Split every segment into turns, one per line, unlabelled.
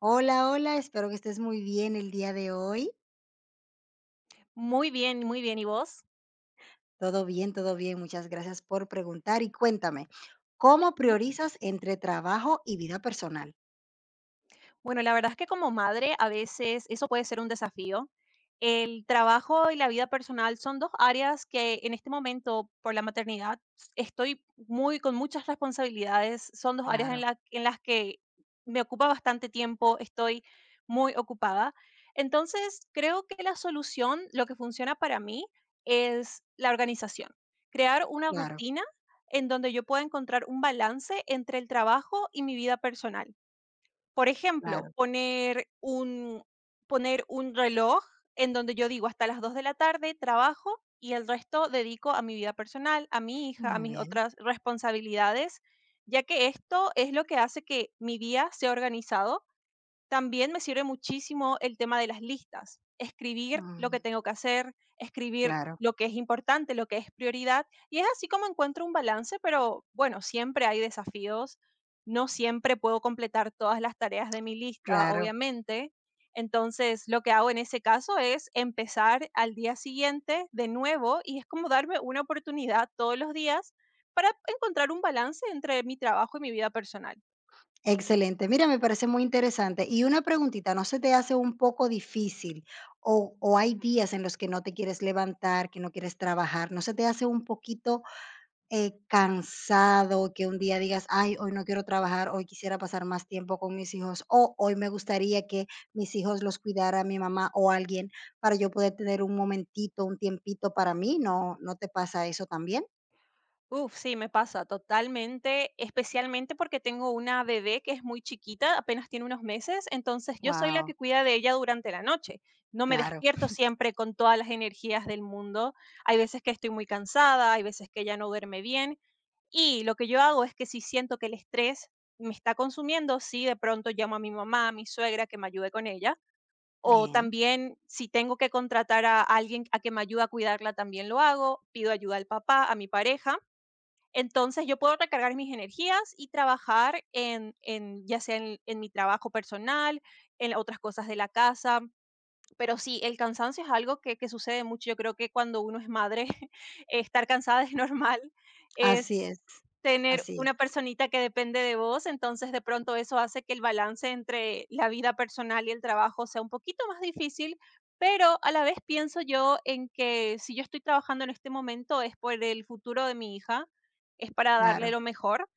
Hola, hola, espero que estés muy bien el día de hoy.
Muy bien, ¿y vos?
Todo bien, muchas gracias por preguntar y cuéntame, ¿cómo
Ujú.
priorizas entre trabajo y vida personal?
Bueno, la verdad es que como madre a veces eso puede ser un desafío. El trabajo y la vida personal son dos áreas que en este momento por la maternidad estoy muy con muchas responsabilidades. Son dos áreas en,
Claro,
la- en las que me ocupa bastante tiempo, estoy muy ocupada. Entonces, creo que la solución, lo que funciona para mí, es la organización. Crear una
claro,
rutina en donde yo pueda encontrar un balance entre el trabajo y mi vida personal, por ejemplo,
claro,
poner un reloj en donde yo digo: "Hasta las 2 de la tarde trabajo y el resto dedico a mi vida personal, a mi hija, a
muy
mis
bien,
otras responsabilidades", ya que esto es lo que hace que mi día sea organizado. También me sirve muchísimo el tema de las listas, escribir lo que
mm,
tengo que hacer, escribir
claro,
lo que es importante, lo que es prioridad, y es así como encuentro un balance, pero bueno, siempre hay desafíos, no siempre puedo completar todas las tareas de mi lista,
claro,
obviamente. Entonces, lo que hago en ese caso es empezar al día siguiente de nuevo y es como darme una oportunidad todos los días para encontrar un balance entre mi trabajo y mi vida personal.
excelente. Mira, me parece muy interesante. Y una preguntita, ¿no se te hace un poco difícil o hay días en los que no te quieres levantar, que no quieres trabajar? ¿No se te hace un poquito cansado, que un día digas: "Ay, hoy no quiero trabajar, hoy quisiera pasar más tiempo con mis hijos", o "Hoy me gustaría que mis hijos los cuidara mi mamá o alguien para yo poder tener un momentito, un tiempito para mí", ¿no te pasa eso también?
Uf, sí, me pasa totalmente, especialmente porque tengo una bebé que es muy chiquita, apenas tiene unos meses, entonces yo soy la que
Wow,
cuida de ella durante la noche. No me
claro,
despierto siempre con todas las energías del mundo. Hay veces que estoy muy cansada, hay veces que ella no duerme bien, y lo que yo hago es que si siento que el estrés me está consumiendo, sí, de pronto llamo a mi mamá, a mi suegra que me ayude con ella. O
bien.
también si tengo que contratar a alguien a que me ayude a cuidarla, también lo hago. Pido ayuda al papá, a mi pareja. Entonces, yo puedo recargar mis energías y trabajar en ya sea en mi trabajo personal, en otras cosas de la casa. Pero sí, el cansancio es algo que sucede mucho. Yo creo que cuando uno es madre, estar cansada es normal,
Así
es
es,
tener
así es,
una personita que depende de vos, entonces de pronto eso hace que el balance entre la vida personal y el trabajo sea un poquito más difícil, pero a la vez pienso yo en que si yo estoy trabajando en este momento es por el futuro de mi hija, es para darle
claro.
lo mejor.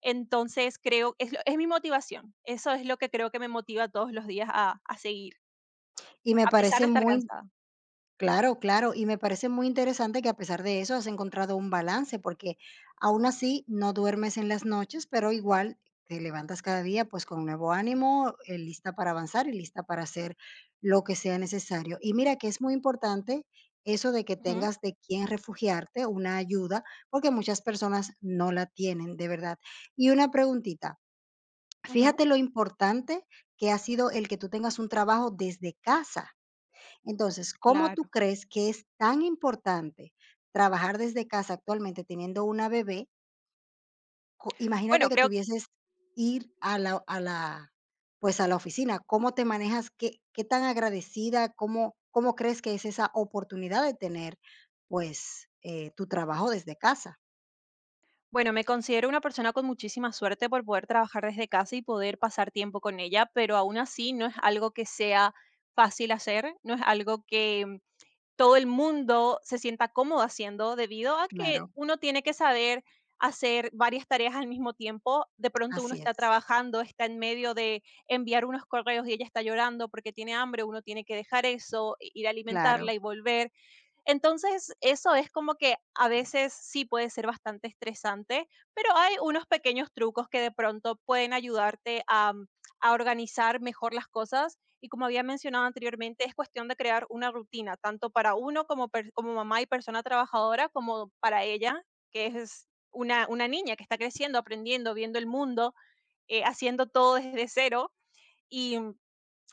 Entonces creo, es mi motivación. Eso es lo que creo que me motiva todos los días a seguir.
Y me
A pesar
parece
de estar
muy.
cansada.
Claro, claro, y me parece muy interesante que a pesar de eso has encontrado un balance, porque aún así no duermes en las noches, pero igual te levantas cada día pues con nuevo ánimo, lista para avanzar y lista para hacer lo que sea necesario. Y mira que es muy importante eso de que
Ujú,
tengas de quién refugiarte, una ayuda, porque muchas personas no la tienen, de verdad. Y una preguntita,
ujú.
fíjate lo importante que ha sido el que tú tengas un trabajo desde casa, entonces, ¿cómo tú
Claro.
crees que es tan importante trabajar desde casa actualmente teniendo una bebé? Co Imagínate
Bueno,
que
creo
tuvieses ir pues, a la oficina. ¿Cómo te manejas? ¿Qué tan agradecida? ¿Cómo crees que es esa oportunidad de tener, pues, tu trabajo desde casa?
bueno, me considero una persona con muchísima suerte por poder trabajar desde casa y poder pasar tiempo con ella, pero aún así no es algo que sea fácil hacer, no es algo que todo el mundo se sienta cómodo haciendo, debido a que
Claro,
uno tiene que saber hacer varias tareas al mismo tiempo. De pronto uno
así
está
es,
trabajando, está en medio de enviar unos correos y ella está llorando porque tiene hambre, uno tiene que dejar eso, i ir a alimentarla
claro,
y volver. Entonces, eso es como que a veces sí puede ser bastante estresante, pero hay unos pequeños trucos que de pronto pueden ayudarte a organizar mejor las cosas. Y como había mencionado anteriormente, es cuestión de crear una rutina, tanto para uno como mamá y persona trabajadora, como para ella, que es una niña que está creciendo, aprendiendo, viendo el mundo, haciendo todo desde cero. Y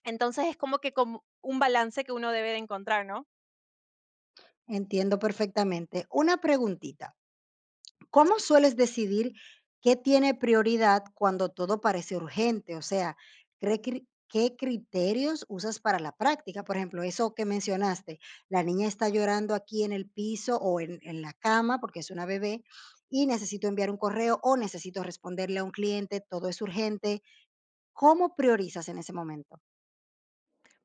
entonces es como que como un balance que uno debe de encontrar, ¿no?
entiendo perfectamente. Una preguntita. ¿Cómo sueles decidir qué tiene prioridad cuando todo parece urgente? O sea, ¿qué criterios usas para la práctica? Por ejemplo, eso que mencionaste, la niña está llorando aquí en el piso o en la cama porque es una bebé y necesito enviar un correo o necesito responderle a un cliente, todo es urgente. ¿Cómo priorizas en ese momento?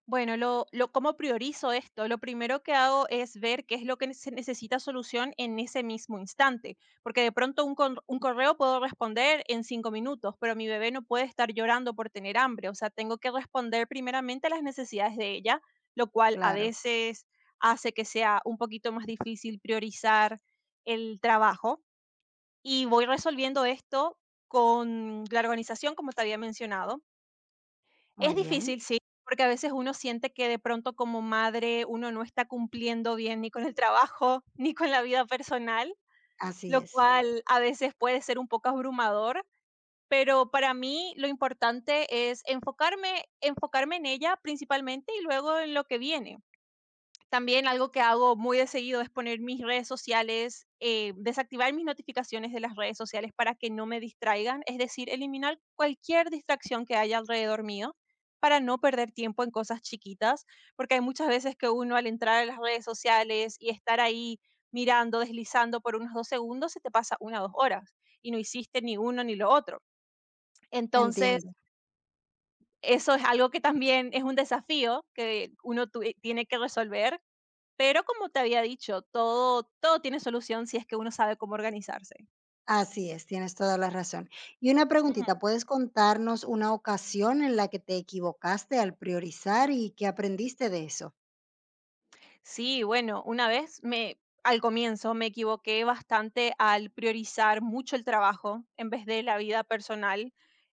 Bueno, ¿cómo priorizo esto? Lo primero que hago es ver qué es lo que se necesita solución en ese mismo instante, porque de pronto un correo puedo responder en 5 minutos, pero mi bebé no puede estar llorando por tener hambre, o sea, tengo que responder primeramente a las necesidades de ella, lo cual a
Claro,
veces hace que sea un poquito más difícil priorizar el trabajo, y voy resolviendo esto con la organización, como te había mencionado. Es
muy bien,
difícil, sí, porque a veces uno siente que de pronto como madre uno no está cumpliendo bien ni con el trabajo ni con la vida personal,
así
lo
es,
cual a veces puede ser un poco abrumador, pero para mí lo importante es enfocarme en ella principalmente y luego en lo que viene. También algo que hago muy de seguido es poner mis redes sociales, desactivar mis notificaciones de las redes sociales para que no me distraigan, es decir, eliminar cualquier distracción que haya alrededor mío para no perder tiempo en cosas chiquitas, porque hay muchas veces que uno al entrar a las redes sociales y estar ahí mirando, deslizando por unos 2 segundos, se te pasa una o dos horas y no hiciste ni uno ni lo otro. Entonces,
entiendo.
eso es algo que también es un desafío que uno tiene que resolver, pero como te había dicho, todo tiene solución si es que uno sabe cómo organizarse.
Así es, tienes toda la razón. Y una preguntita, ¿puedes contarnos una ocasión en la que te equivocaste al priorizar y qué aprendiste de eso?
Sí, bueno, una vez me al comienzo me equivoqué bastante al priorizar mucho el trabajo en vez de la vida personal.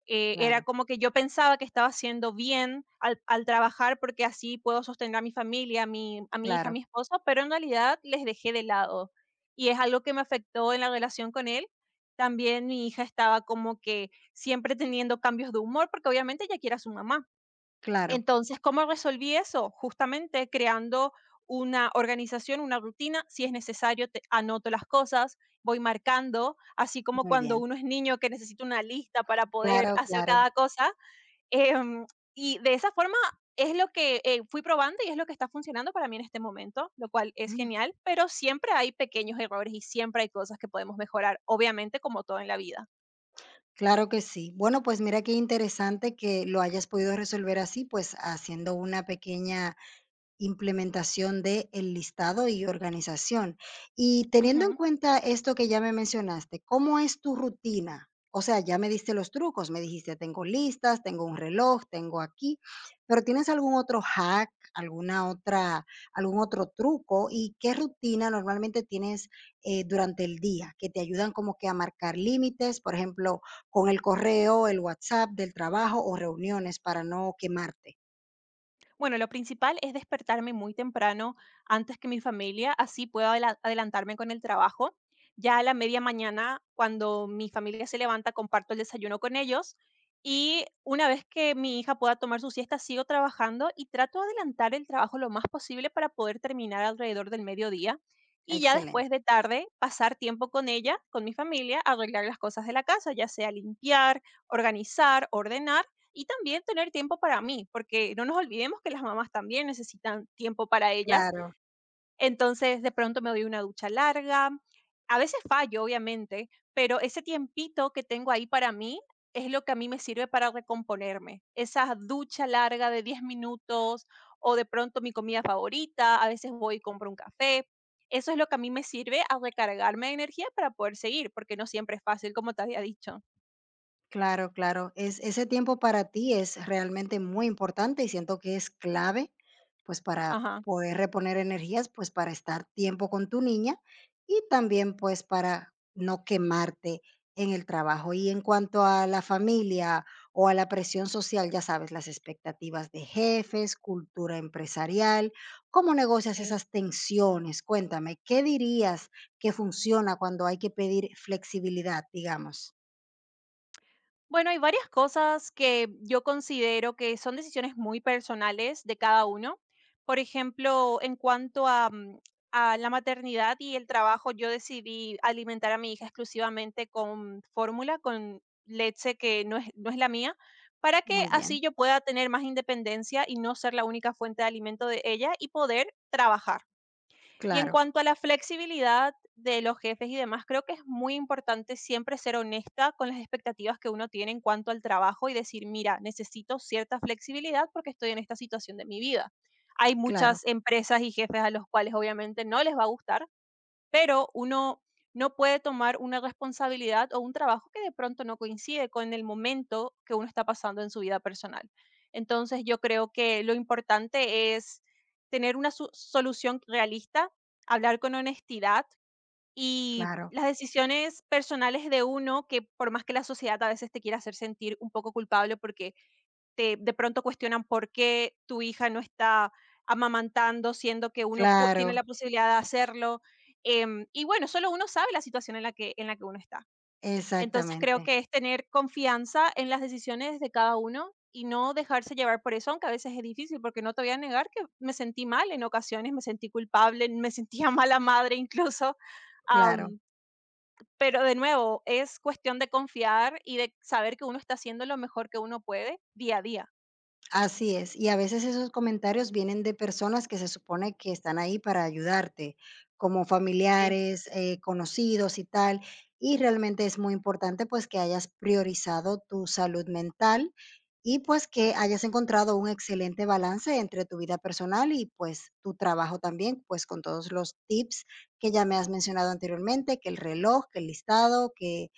Era
Claro,
como que yo pensaba que estaba haciendo bien al trabajar porque así puedo sostener a mi familia, a mi hija, a
claro,
mi esposa, pero en realidad les dejé de lado. Y es algo que me afectó en la relación con él. También mi hija estaba como que siempre teniendo cambios de humor porque obviamente ella quiere a su mamá.
claro,
Entonces, ¿cómo resolví eso? Justamente creando una organización, una rutina, si es necesario, anoto las cosas, voy marcando, así como
muy
cuando
bien.
uno es niño que necesita una lista para poder
Claro,
hacer
claro.
cada cosa. em, y de esa forma es lo que fui probando y es lo que está funcionando para mí en este momento, lo cual es
Mm.
genial, pero siempre hay pequeños errores y siempre hay cosas que podemos mejorar, obviamente como todo en la vida.
Claro que sí. Bueno, pues mira qué interesante que lo hayas podido resolver así, pues haciendo una pequeña implementación de el listado y organización. Y teniendo en
Ujú.
cuenta esto que ya me mencionaste, ¿cómo es tu rutina? O sea, ya me diste los trucos, me dijiste, tengo listas, tengo un reloj, tengo aquí, pero ¿tienes algún otro hack, alguna otra, algún otro truco? ¿Y qué rutina normalmente tienes durante el día que te ayudan como que a marcar límites, por ejemplo, con el correo, el WhatsApp del trabajo o reuniones para no quemarte?
Bueno, lo principal es despertarme muy temprano antes que mi familia, así puedo adelantarme con el trabajo. Ya a la media mañana, cuando mi familia se levanta, comparto el desayuno con ellos y una vez que mi hija pueda tomar su siesta, sigo trabajando y trato de adelantar el trabajo lo más posible para poder terminar alrededor del mediodía y ya
Excelente.
después de tarde pasar tiempo con ella, con mi familia, arreglar las cosas de la casa, ya sea limpiar, organizar, ordenar y también tener tiempo para mí, porque no nos olvidemos que las mamás también necesitan tiempo para ellas.
Claro.
Entonces, de pronto me doy una ducha larga. A veces fallo, obviamente, pero ese tiempito que tengo ahí para mí es lo que a mí me sirve para recomponerme. Esa ducha larga de 10 minutos o de pronto mi comida favorita, a veces voy y compro un café. Eso es lo que a mí me sirve a recargarme de energía para poder seguir, porque no siempre es fácil, como te había dicho.
Claro, claro. Es, ese tiempo para ti es realmente muy importante y siento que es clave, pues para
Ajá,
poder reponer energías, pues para estar tiempo con tu niña y también pues para no quemarte en el trabajo. Y en cuanto a la familia o a la presión social, ya sabes, las expectativas de jefes, cultura empresarial, ¿cómo negocias
sí.
esas tensiones? Cuéntame, ¿qué dirías que funciona cuando hay que pedir flexibilidad, digamos?
Bueno, hay varias cosas que yo considero que son decisiones muy personales de cada uno. Por ejemplo, en cuanto a la maternidad y el trabajo, yo decidí alimentar a mi hija exclusivamente con fórmula, con leche que no es la mía, para que
Muy
así
bien.
yo pueda tener más independencia y no ser la única fuente de alimento de ella y poder trabajar. Y en
Claro,
cuanto a la flexibilidad de los jefes y demás, creo que es muy importante siempre ser honesta con las expectativas que uno tiene en cuanto al trabajo y decir, mira, necesito cierta flexibilidad porque estoy en esta situación de mi vida. Hay
claro,
muchas empresas y jefes a los cuales obviamente no les va a gustar, pero uno no puede tomar una responsabilidad o un trabajo que de pronto no coincide con el momento que uno está pasando en su vida personal. Entonces, yo creo que lo importante es tener una solución realista, hablar con honestidad y
claro,
las decisiones personales de uno, que por más que la sociedad a veces te quiera hacer sentir un poco culpable porque te de pronto cuestionan por qué tu hija no está amamantando, siendo que uno pue tiene
claro,
la posibilidad de hacerlo. Y bueno, solo uno sabe la situación en la que uno está. Entonces, creo
exactamente,
que es tener confianza en las decisiones de cada uno y no dejarse llevar por eso, aunque a veces es difícil, porque no te voy a negar que me sentí mal en ocasiones, me sentí culpable, me sentía mala madre incluso.
claro,
Am, pero de nuevo, es cuestión de confiar y de saber que uno está haciendo lo mejor que uno puede día a día.
así es. Y a veces esos comentarios vienen de personas que se supone que están ahí para ayudarte, como
Sí.
familiares, conocidos y tal. Y realmente es muy importante pues que hayas priorizado tu salud mental y pues que
Ujú.
hayas encontrado un excelente balance entre tu vida personal y pues tu trabajo también, pues con todos los tips que ya me has mencionado anteriormente, que el reloj, que el listado, que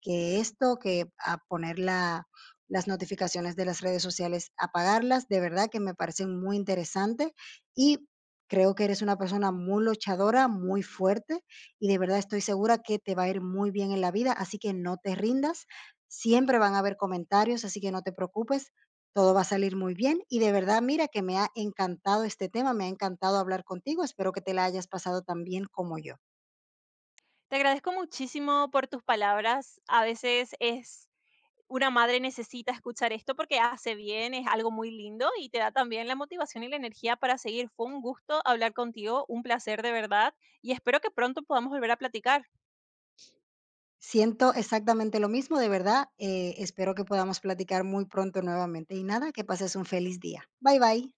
que esto, que a poner las notificaciones de las redes sociales, apagarlas. De verdad que me parecen muy interesantes y creo que eres una persona muy luchadora, muy fuerte y de verdad estoy segura que te va a ir muy bien en la vida, así que no te rindas. Siempre van a haber comentarios, así que no te preocupes. Todo va a salir muy bien y de verdad, mira que me ha encantado este tema, me ha encantado hablar contigo. Espero que te la hayas pasado tan bien como yo.
Te agradezco muchísimo por tus palabras. A veces es una madre necesita escuchar esto porque hace bien, es algo muy lindo y te da también la motivación y la energía para seguir. Fue un gusto hablar contigo, un placer de verdad y espero que pronto podamos volver a platicar.
Siento exactamente lo mismo, de verdad, espero que podamos platicar muy pronto nuevamente. Y nada, que pases un feliz día. Bye, bye.